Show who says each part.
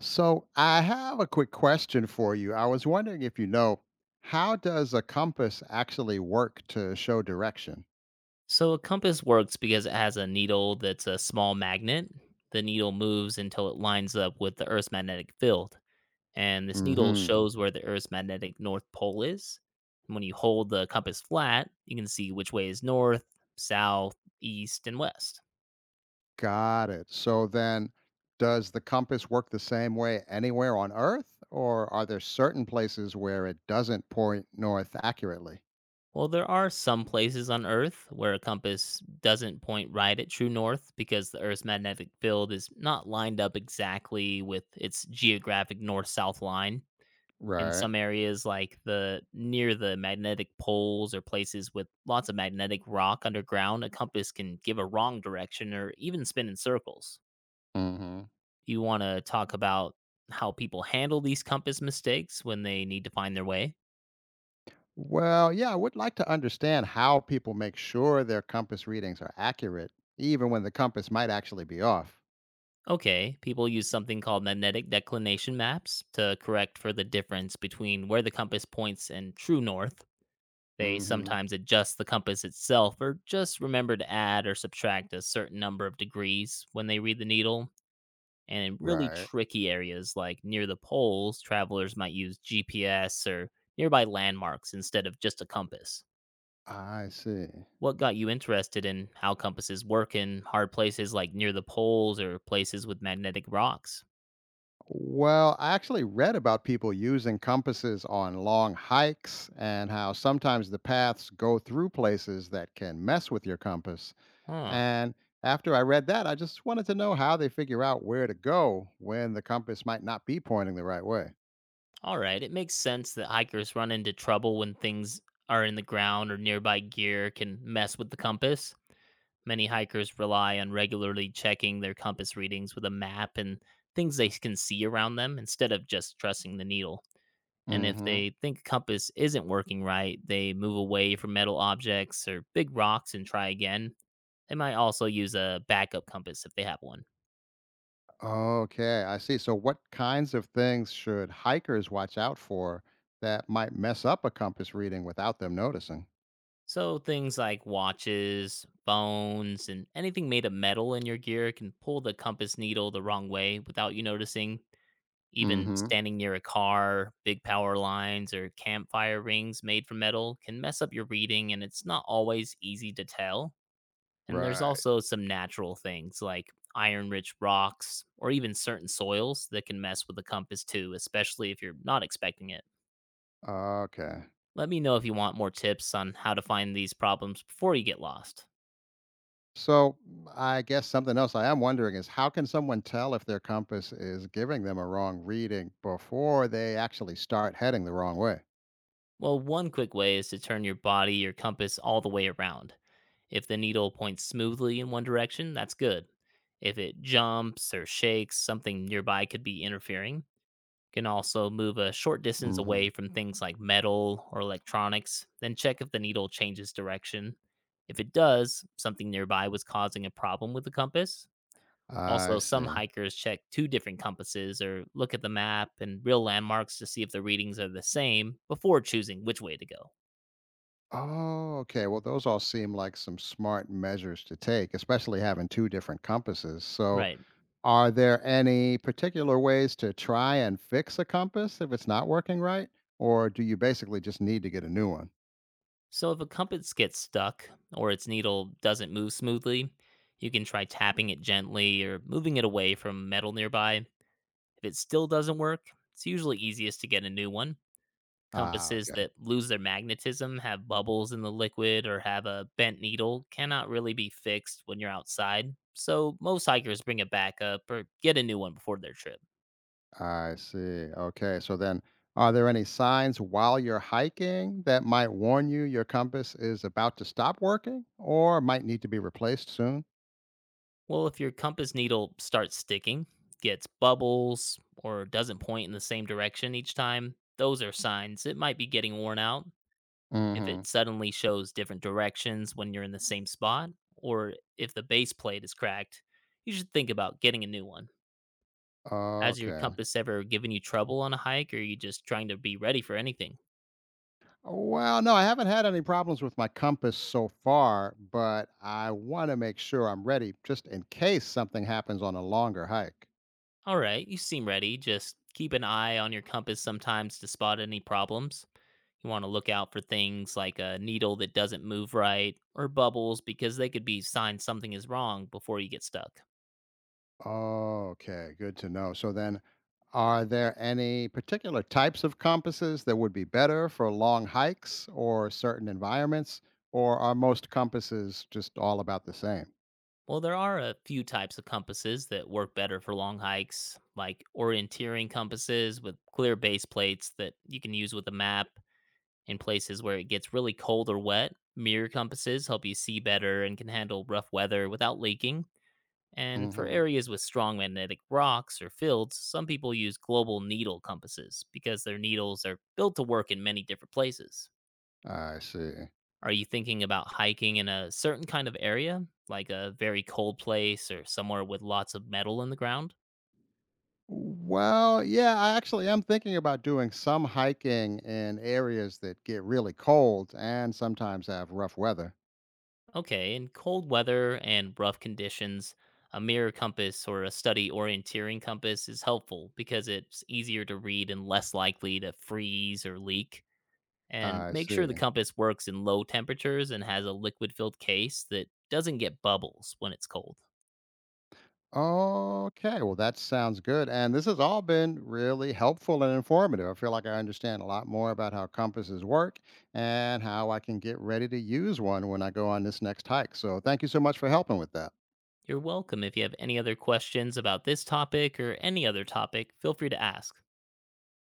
Speaker 1: So I have a quick question for you. I was wondering if you know how does a compass actually work to show direction?
Speaker 2: So a compass works because it has a needle that's a small magnet. The needle moves until it lines up with the Earth's magnetic field. And this needle
Speaker 1: Mhm.
Speaker 2: shows where the Earth's magnetic north pole is. And when you hold the compass flat, you can see which way is north, south, east, and west.
Speaker 1: Got it. So then does the compass work the same way anywhere on earth, or are there certain places where it doesn't point north accurately?
Speaker 2: Well, there are some places on Earth where a compass doesn't point right at true north because the Earth's magnetic field is not lined up exactly with its geographic north south line. In
Speaker 1: Right.
Speaker 2: some areas like the near the magnetic poles, or places with lots of magnetic rock underground, a compass can give a wrong direction or even spin in circles.
Speaker 1: Mhm.
Speaker 2: You want to talk about how people handle these compass mistakes when they need to find their way?
Speaker 1: Well, yeah, I would like to understand how people make sure their compass readings are accurate even when the compass might actually be off.
Speaker 2: Okay, people use something called magnetic declination maps to correct for the difference between where the compass points and true north. They
Speaker 1: Mhm.
Speaker 2: sometimes adjust the compass itself, or just remember to add or subtract a certain number of degrees when they read the needle. And in really
Speaker 1: Right.
Speaker 2: tricky areas like near the poles, travelers might use GPS or nearby landmarks instead of just a compass.
Speaker 1: I see.
Speaker 2: What got you interested in how compasses work in hard places like near the poles or places with magnetic rocks?
Speaker 1: Well, I actually read about people using compasses on long hikes and how sometimes the paths go through places that can mess with your compass.
Speaker 2: Huh.
Speaker 1: And after I read that, I just wanted to know how they figure out where to go when the compass might not be pointing the right way.
Speaker 2: All right. It makes sense that hikers run into trouble when things are in the ground or nearby gear can mess with the compass. Many hikers rely on regularly checking their compass readings with a map and things they can see around them, instead of just trusting the needle. And if
Speaker 1: Mhm.
Speaker 2: they think a compass isn't working right, they move away from metal objects or big rocks and try again. They might also use a backup compass if they have one.
Speaker 1: Okay, I see. So what kinds of things should hikers watch out for that might mess up a compass reading without them noticing?
Speaker 2: So things like watches, phones, and anything made of metal in your gear can pull the compass needle the wrong way without you noticing. Even
Speaker 1: Mhm.
Speaker 2: standing near a car, big power lines, or campfire rings made from metal can mess up your reading, and it's not always easy to tell. And there's
Speaker 1: Right.
Speaker 2: also some natural things like iron rich rocks or even certain soils that can mess with the compass too, especially if you're not expecting it.
Speaker 1: Okay.
Speaker 2: Let me know if you want more tips on how to find these problems before you get lost.
Speaker 1: So I guess something else I am wondering is how can someone tell if their compass is giving them a wrong reading before they actually start heading the wrong way?
Speaker 2: Well, one quick way is to turn your body, your compass, all the way around. If the needle points smoothly in one direction, that's good. If it jumps or shakes, something nearby could be interfering. Can also move a short distance
Speaker 1: Hmm.
Speaker 2: away from things like metal or electronics, then check if the needle changes direction. If it does, something nearby was causing a problem with the compass.
Speaker 1: I
Speaker 2: Also, some
Speaker 1: see.
Speaker 2: hikers check two different compasses or look at the map and real landmarks to see if the readings are the same before choosing which way to go.
Speaker 1: Oh, okay. Well, those all seem like some smart measures to take, especially having two different compasses. So,
Speaker 2: Right.
Speaker 1: are there any particular ways to try and fix a compass if it's not working right? Or do you basically just need to get a new one?
Speaker 2: So, if a compass gets stuck or its needle doesn't move smoothly, you can try tapping it gently or moving it away from metal nearby. If it still doesn't work, it's usually easiest to get a new one.
Speaker 1: Ah,
Speaker 2: Compasses
Speaker 1: okay.
Speaker 2: that lose their magnetism, have bubbles in the liquid, or have a bent needle cannot really be fixed when you're outside, so most hikers bring it back up or get a new one before their trip.
Speaker 1: I see. Okay. So then, are there any signs while you're hiking that might warn you your compass is about to stop working or might need to be replaced soon?
Speaker 2: Well, if your compass needle starts sticking, gets bubbles, or doesn't point in the same direction each time, those are signs it might be getting worn out. If
Speaker 1: Mm-hmm.
Speaker 2: it suddenly shows different directions when you're in the same spot, or if the base plate is cracked, you should think about getting a new one. Has your
Speaker 1: Okay.
Speaker 2: compass ever given you trouble on a hike, or are you just trying to be ready for anything?
Speaker 1: Well, no, I haven't had any problems with my compass so far, but I want to make sure I'm ready just in case something happens on a longer hike.
Speaker 2: All right, you seem ready. Just keep an eye on your compass sometimes to spot any problems. You want to look out for things like a needle that doesn't move right or bubbles, because they could be signs something is wrong before you get stuck.
Speaker 1: Okay, good to know. So then, are there any particular types of compasses that would be better for long hikes or certain environments, or are most compasses just all about the same?
Speaker 2: Well, there are a few types of compasses that work better for long hikes, like orienteering compasses with clear base plates that you can use with a map in places where it gets really cold or wet. Mirror compasses help you see better and can handle rough weather without leaking. And for
Speaker 1: Hmm.
Speaker 2: areas with strong magnetic rocks or fields, some people use global needle compasses because their needles are built to work in many different places.
Speaker 1: I see.
Speaker 2: Are you thinking about hiking in a certain kind of area, like a very cold place or somewhere with lots of metal in the ground?
Speaker 1: Well, yeah, I actually am thinking about doing some hiking in areas that get really cold and sometimes have rough weather.
Speaker 2: Okay, in cold weather and rough conditions, a mirror compass or a study orienteering compass is helpful because it's easier to read and less likely to freeze or leak. And
Speaker 1: I
Speaker 2: make sure the
Speaker 1: see.
Speaker 2: compass works in low temperatures and has a liquid filled case that doesn't get bubbles when it's cold.
Speaker 1: Okay, well, that sounds good. And this has all been really helpful and informative. I feel like I understand a lot more about how compasses work and how I can get ready to use one when I go on this next hike. So, thank you so much for helping with that.
Speaker 2: You're welcome. If you have any other questions about this topic or any other topic, feel free to ask.